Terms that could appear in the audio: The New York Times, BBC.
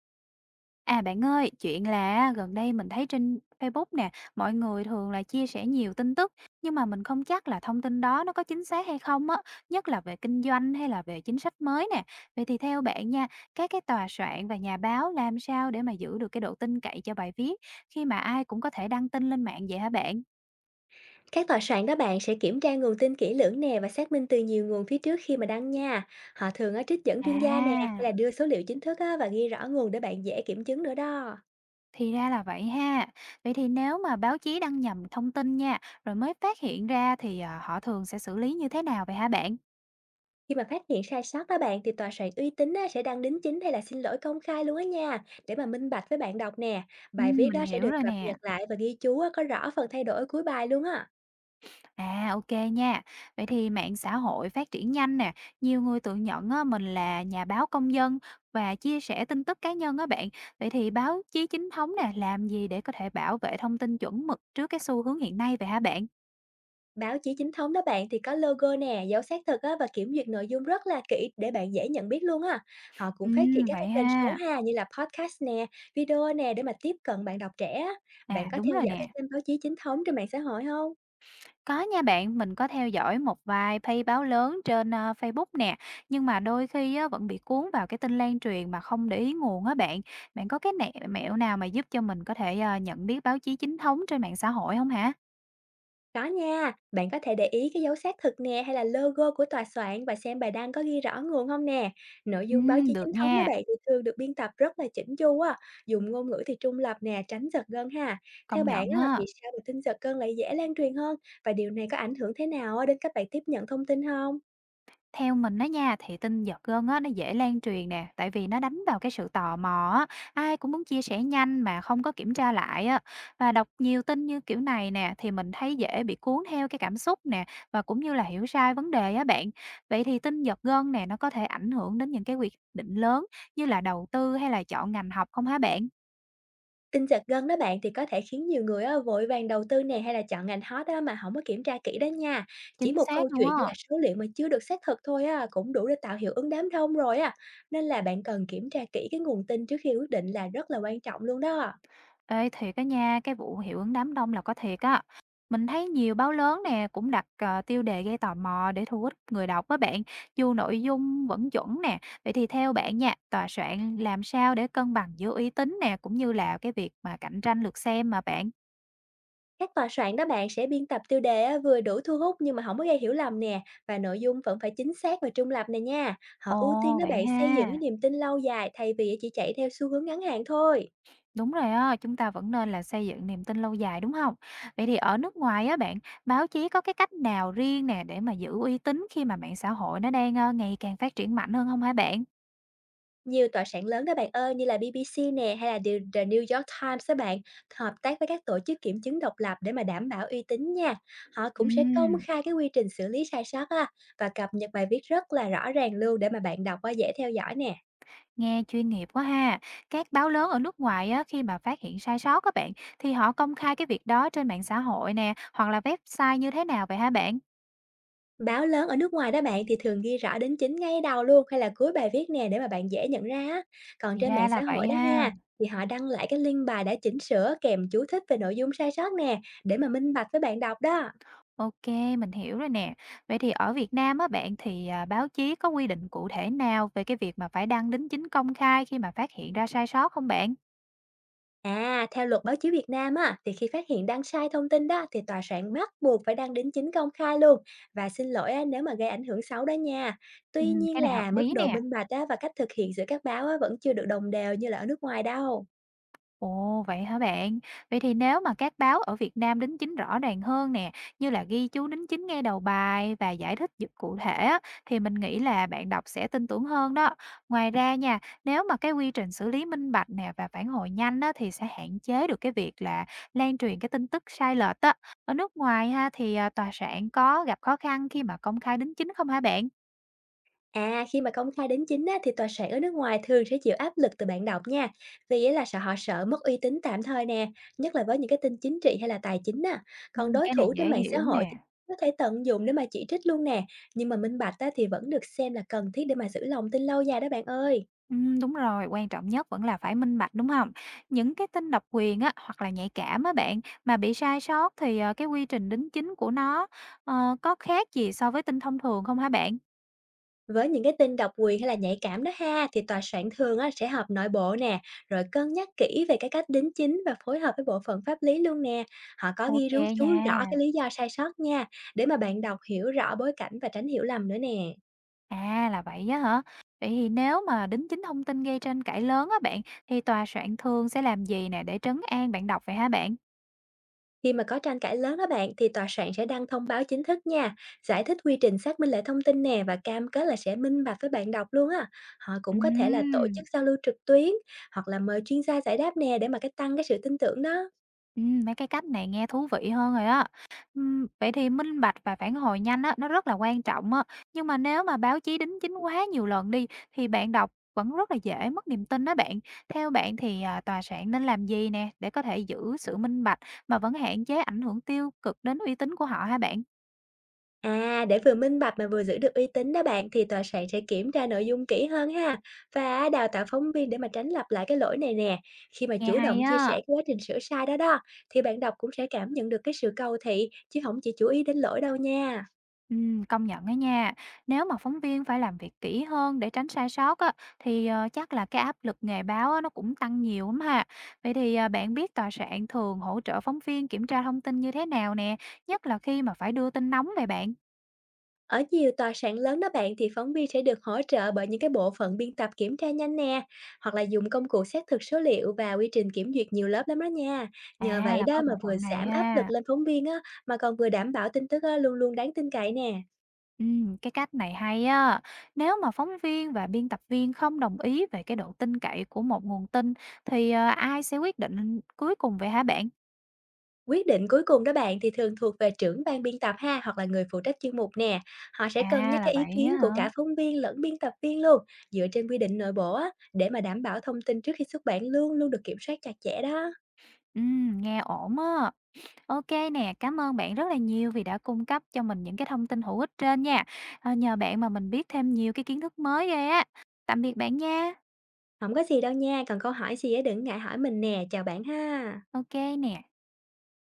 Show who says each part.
Speaker 1: À, bạn ơi, chuyện là gần đây mình thấy trên Facebook nè, mọi người thường là chia sẻ nhiều tin tức, nhưng mà mình không chắc là thông tin đó nó có chính xác hay không á, nhất là về kinh doanh hay là về chính sách mới nè. Vậy thì theo bạn nha, các cái tòa soạn và nhà báo làm sao để mà giữ được cái độ tin cậy cho bài viết khi mà ai cũng có thể đăng tin lên mạng vậy hả bạn?
Speaker 2: Các tòa soạn đó bạn sẽ kiểm tra nguồn tin kỹ lưỡng nè và xác minh từ nhiều nguồn phía trước khi mà đăng nha. Họ thường á, trích dẫn chuyên gia nè hay
Speaker 1: À,
Speaker 2: là đưa số liệu chính thức á, và ghi rõ nguồn để bạn dễ kiểm chứng nữa đó.
Speaker 1: thì ra là vậy ha. Vậy thì nếu mà báo chí đăng nhầm thông tin nha, rồi mới phát hiện ra thì họ thường sẽ xử lý như thế nào vậy hả bạn?
Speaker 2: Khi mà phát hiện sai sót đó bạn thì tòa soạn uy tín á, sẽ đăng đính chính hay là xin lỗi công khai luôn á nha, để mà minh bạch với bạn đọc nè.
Speaker 1: Ừ,
Speaker 2: Bài viết
Speaker 1: mình
Speaker 2: đó sẽ
Speaker 1: hiểu
Speaker 2: được
Speaker 1: rồi
Speaker 2: cập
Speaker 1: nè.
Speaker 2: nhật lại và ghi chú á, có rõ phần thay đổi ở cuối bài luôn á.
Speaker 1: À, OK nha. Vậy thì mạng xã hội phát triển nhanh nè, nhiều người tự nhận á, mình là nhà báo công dân và chia sẻ tin tức cá nhân á bạn. Vậy thì báo chí chính thống nè, làm gì để có thể bảo vệ thông tin chuẩn mực trước cái xu hướng hiện nay vậy hả bạn?
Speaker 2: Báo chí chính thống đó bạn thì có logo nè, dấu xác thực á, và kiểm duyệt nội dung rất là kỹ để bạn dễ nhận biết luôn á. Họ cũng phát triển các cái
Speaker 1: Vậy
Speaker 2: kênh số
Speaker 1: ha.
Speaker 2: ha, như là podcast nè, video nè, để mà tiếp cận bạn đọc trẻ á. Bạn
Speaker 1: À,
Speaker 2: có
Speaker 1: đúng
Speaker 2: theo
Speaker 1: rồi
Speaker 2: dõi các
Speaker 1: nè.
Speaker 2: kênh báo chí chính thống trên mạng xã hội không?
Speaker 1: Có nha bạn, mình có theo dõi một vài page báo lớn trên, Facebook nè, nhưng mà đôi khi á, vẫn bị cuốn vào cái tin lan truyền mà không để ý nguồn á bạn. Bạn có cái nẹ mẹo nào mà giúp cho mình có thể, nhận biết báo chí chính thống trên mạng xã hội không hả?
Speaker 2: Có nha, bạn có thể để ý cái dấu xác thực nè hay là logo của tòa soạn, và xem bài đăng có ghi rõ nguồn không nè. Nội dung báo chí chính
Speaker 1: Được
Speaker 2: thống đó
Speaker 1: nha,
Speaker 2: bạn thì thường được biên tập rất là chỉnh chu á, dùng ngôn ngữ thì trung lập nè, tránh giật gân ha. Theo
Speaker 1: công
Speaker 2: bạn
Speaker 1: nhận
Speaker 2: á, vì
Speaker 1: á.
Speaker 2: sao mà tin giật gân lại dễ lan truyền hơn, và điều này có ảnh hưởng thế nào á đến các bạn tiếp nhận thông tin không?
Speaker 1: Theo mình á nha, thì tin giật gân á, nó dễ lan truyền nè, tại vì nó đánh vào cái sự tò mò á, ai cũng muốn chia sẻ nhanh mà không có kiểm tra lại á. Và đọc nhiều tin như kiểu này nè, thì mình thấy dễ bị cuốn theo cái cảm xúc nè, và cũng như là hiểu sai vấn đề á bạn. Vậy thì tin giật gân nè, nó có thể ảnh hưởng đến những cái quyết định lớn như là đầu tư hay là chọn ngành học không hả bạn?
Speaker 2: Tin giật gân đó bạn thì có thể khiến nhiều người á, vội vàng đầu tư nè hay là chọn ngành hot á, mà không có kiểm tra kỹ đó nha. Chỉ
Speaker 1: Chính
Speaker 2: một câu
Speaker 1: xác luôn
Speaker 2: chuyện hay
Speaker 1: á.
Speaker 2: là số liệu mà chưa được xác thực thôi á, cũng đủ để tạo hiệu ứng đám đông rồi á. Nên là bạn cần kiểm tra kỹ cái nguồn tin trước khi quyết định là rất là quan trọng luôn đó.
Speaker 1: Ê, thiệt á nha, cái vụ hiệu ứng đám đông là có thiệt á. Mình thấy nhiều báo lớn nè cũng đặt tiêu đề gây tò mò để thu hút người đọc á bạn, dù nội dung vẫn chuẩn nè. Vậy thì theo bạn nha, tòa soạn làm sao để cân bằng giữa uy tín nè cũng như là cái việc mà cạnh tranh lượt xem mà bạn?
Speaker 2: Các tòa soạn đó bạn sẽ biên tập tiêu đề á, vừa đủ thu hút nhưng mà không có gây hiểu lầm nè, và nội dung vẫn phải chính xác và trung lập nè nha. Họ ưu tiên
Speaker 1: Ồ,
Speaker 2: đó
Speaker 1: vậy
Speaker 2: bạn, xây dựng cái
Speaker 1: ha.
Speaker 2: niềm tin lâu dài thay vì chỉ chạy theo xu hướng ngắn hạn thôi.
Speaker 1: Đúng rồi á, chúng ta vẫn nên là xây dựng niềm tin lâu dài đúng không? Vậy thì ở nước ngoài á bạn, báo chí có cái cách nào riêng nè để mà giữ uy tín khi mà mạng xã hội nó đang ngày càng phát triển mạnh hơn không hả bạn?
Speaker 2: Nhiều tòa soạn lớn đó bạn ơi, như là BBC nè hay là The New York Times đó bạn, hợp tác với các tổ chức kiểm chứng độc lập để mà đảm bảo uy tín nha. Họ
Speaker 1: Ừ.
Speaker 2: cũng sẽ công khai cái quy trình xử lý sai sót á, và cập nhật bài viết rất là rõ ràng luôn, để mà bạn đọc á, dễ theo dõi nè.
Speaker 1: Nghe chuyên nghiệp quá ha. Các báo lớn ở nước ngoài á, khi mà phát hiện sai sót các bạn thì họ công khai cái việc đó trên mạng xã hội nè, hoặc là website như thế nào vậy hả bạn?
Speaker 2: Báo lớn ở nước ngoài đó bạn thì thường ghi rõ đính chính ngay đầu luôn hay là cuối bài viết nè, để mà bạn dễ nhận ra á. Còn
Speaker 1: Thì
Speaker 2: trên mạng
Speaker 1: ra
Speaker 2: xã
Speaker 1: là vậy
Speaker 2: hội đó
Speaker 1: ha.
Speaker 2: ha, thì họ đăng lại cái link bài đã chỉnh sửa kèm chú thích về nội dung sai sót nè, để mà minh bạch với bạn đọc đó.
Speaker 1: Ok, mình hiểu rồi nè. Vậy thì ở Việt Nam á bạn thì báo chí có quy định cụ thể nào về cái việc mà phải đăng đính chính công khai khi mà phát hiện ra sai sót không bạn?
Speaker 2: À, theo luật báo chí Việt Nam á, thì khi phát hiện đăng sai thông tin đó thì tòa soạn bắt buộc phải đăng đính chính công khai luôn và xin lỗi á, nếu mà gây ảnh hưởng xấu đó nha.
Speaker 1: Ừ,
Speaker 2: Tuy nhiên
Speaker 1: cái này hợp
Speaker 2: là mức
Speaker 1: lý
Speaker 2: độ
Speaker 1: nè.
Speaker 2: minh bạch á, và cách thực hiện giữa các báo á, vẫn chưa được đồng đều như là ở nước ngoài đâu.
Speaker 1: Ồ, vậy hả bạn? Vậy thì nếu mà các báo ở Việt Nam đính chính rõ ràng hơn nè, như là ghi chú đính chính ngay đầu bài và giải thích giúp cụ thể á, thì mình nghĩ là bạn đọc sẽ tin tưởng hơn đó. Ngoài ra nha, nếu mà cái quy trình xử lý minh bạch nè và phản hồi nhanh á, thì sẽ hạn chế được cái việc là lan truyền cái tin tức sai lệch á. Ở nước ngoài ha thì tòa soạn có gặp khó khăn khi mà công khai đính chính không hả bạn?
Speaker 2: À, khi mà công khai đính chính á, thì tòa soạn ở nước ngoài thường sẽ chịu áp lực từ bạn đọc nha, vì á là sợ, họ sợ mất uy tín tạm thời nè, nhất là với những cái tin chính trị hay là tài chính á.
Speaker 1: Ừ,
Speaker 2: Còn đối
Speaker 1: cái này
Speaker 2: thủ trên
Speaker 1: dễ
Speaker 2: mạng xã
Speaker 1: hiểu nè.
Speaker 2: hội thì có thể tận dụng để mà chỉ trích luôn nè, nhưng mà minh bạch á, thì vẫn được xem là cần thiết để mà giữ lòng tin lâu dài đó bạn ơi.
Speaker 1: Đúng rồi, quan trọng nhất vẫn là phải minh bạch, đúng không? Những cái tin độc quyền á, hoặc là nhạy cảm á bạn, mà bị sai sót thì, cái quy trình đính chính của nó, có khác gì so với tin thông thường không hả bạn?
Speaker 2: Với những cái tin độc quyền hay là nhạy cảm đó ha, thì tòa soạn thường á, sẽ họp nội bộ nè, rồi cân nhắc kỹ về cái cách đính chính và phối hợp với bộ phận pháp lý luôn nè. Họ có ghi
Speaker 1: Ok
Speaker 2: rú chú
Speaker 1: nha.
Speaker 2: rõ cái lý do sai sót nha, để mà bạn đọc hiểu rõ bối cảnh và tránh hiểu lầm nữa nè.
Speaker 1: À, là vậy á hả? Vậy thì nếu mà đính chính thông tin gây tranh cãi lớn á bạn, thì tòa soạn thường sẽ làm gì nè để trấn an bạn đọc vậy hả bạn?
Speaker 2: Khi mà có tranh cãi lớn đó bạn, thì tòa soạn sẽ đăng thông báo chính thức nha, giải thích quy trình xác minh lại thông tin nè, và cam kết là sẽ minh bạch với bạn đọc luôn á. Họ cũng có thể là tổ chức
Speaker 1: Ừm.
Speaker 2: giao lưu trực tuyến hoặc là mời chuyên gia giải đáp nè, để mà cái tăng cái sự tin tưởng đó.
Speaker 1: Mấy cái cách này nghe thú vị hơn rồi á. Vậy thì minh bạch và phản hồi nhanh á, nó rất là quan trọng á. Nhưng mà nếu mà báo chí đính chính quá nhiều lần đi, thì bạn đọc vẫn rất là dễ mất niềm tin đó bạn. Theo bạn thì, tòa soạn nên làm gì nè, để có thể giữ sự minh bạch mà vẫn hạn chế ảnh hưởng tiêu cực đến uy tín của họ hả bạn?
Speaker 2: À, để vừa minh bạch mà vừa giữ được uy tín đó bạn, thì tòa soạn sẽ kiểm tra nội dung kỹ hơn ha, và đào tạo phóng viên để mà tránh lặp lại cái lỗi này nè. Khi mà
Speaker 1: Nghe
Speaker 2: chủ
Speaker 1: hay
Speaker 2: động chia
Speaker 1: á.
Speaker 2: sẻ cái quá trình sửa sai đó đó, thì bạn đọc cũng sẽ cảm nhận được cái sự cầu thị chứ không chỉ chú ý đến lỗi đâu nha.
Speaker 1: Công nhận á nha. Nếu mà phóng viên phải làm việc kỹ hơn để tránh sai sót á, thì chắc là cái áp lực nghề báo á, nó cũng tăng nhiều lắm ha. Vậy thì bạn biết tòa soạn thường hỗ trợ phóng viên kiểm tra thông tin như thế nào nè, nhất là khi mà phải đưa tin nóng về bạn.
Speaker 2: Ở nhiều tòa soạn lớn đó bạn thì phóng viên sẽ được hỗ trợ bởi những cái bộ phận biên tập kiểm tra nhanh nè, hoặc là dùng công cụ xác thực số liệu và quy trình kiểm duyệt nhiều lớp lắm đó nha. Nhờ
Speaker 1: À
Speaker 2: vậy
Speaker 1: là
Speaker 2: đó
Speaker 1: có
Speaker 2: mà
Speaker 1: bộ
Speaker 2: vừa
Speaker 1: phận này
Speaker 2: giảm áp lực
Speaker 1: ha.
Speaker 2: lên phóng viên á, mà còn vừa đảm bảo tin tức á, luôn luôn đáng tin cậy nè.
Speaker 1: Cái cách này hay á. Nếu mà phóng viên và biên tập viên không đồng ý về cái độ tin cậy của một nguồn tin, thì ai sẽ quyết định cuối cùng vậy hả bạn?
Speaker 2: Quyết định cuối cùng đó bạn thì thường thuộc về trưởng ban biên tập ha, hoặc là người phụ trách chuyên mục nè. Họ sẽ cân
Speaker 1: À
Speaker 2: nhắc
Speaker 1: là
Speaker 2: cái ý
Speaker 1: vậy á
Speaker 2: kiến của
Speaker 1: hả?
Speaker 2: cả phóng viên lẫn biên tập viên luôn, dựa trên quy định nội bộ á, để mà đảm bảo thông tin trước khi xuất bản luôn luôn được kiểm soát chặt chẽ đó.
Speaker 1: Nghe ổn á. OK nè, cảm ơn bạn rất là nhiều vì đã cung cấp cho mình những cái thông tin hữu ích trên nha. Ờ, nhờ bạn mà mình biết thêm nhiều cái kiến thức mới ghê á. Tạm biệt bạn nha.
Speaker 2: Không có gì đâu nha, còn câu hỏi gì á đừng ngại hỏi mình nè, chào bạn ha.
Speaker 1: OK nè.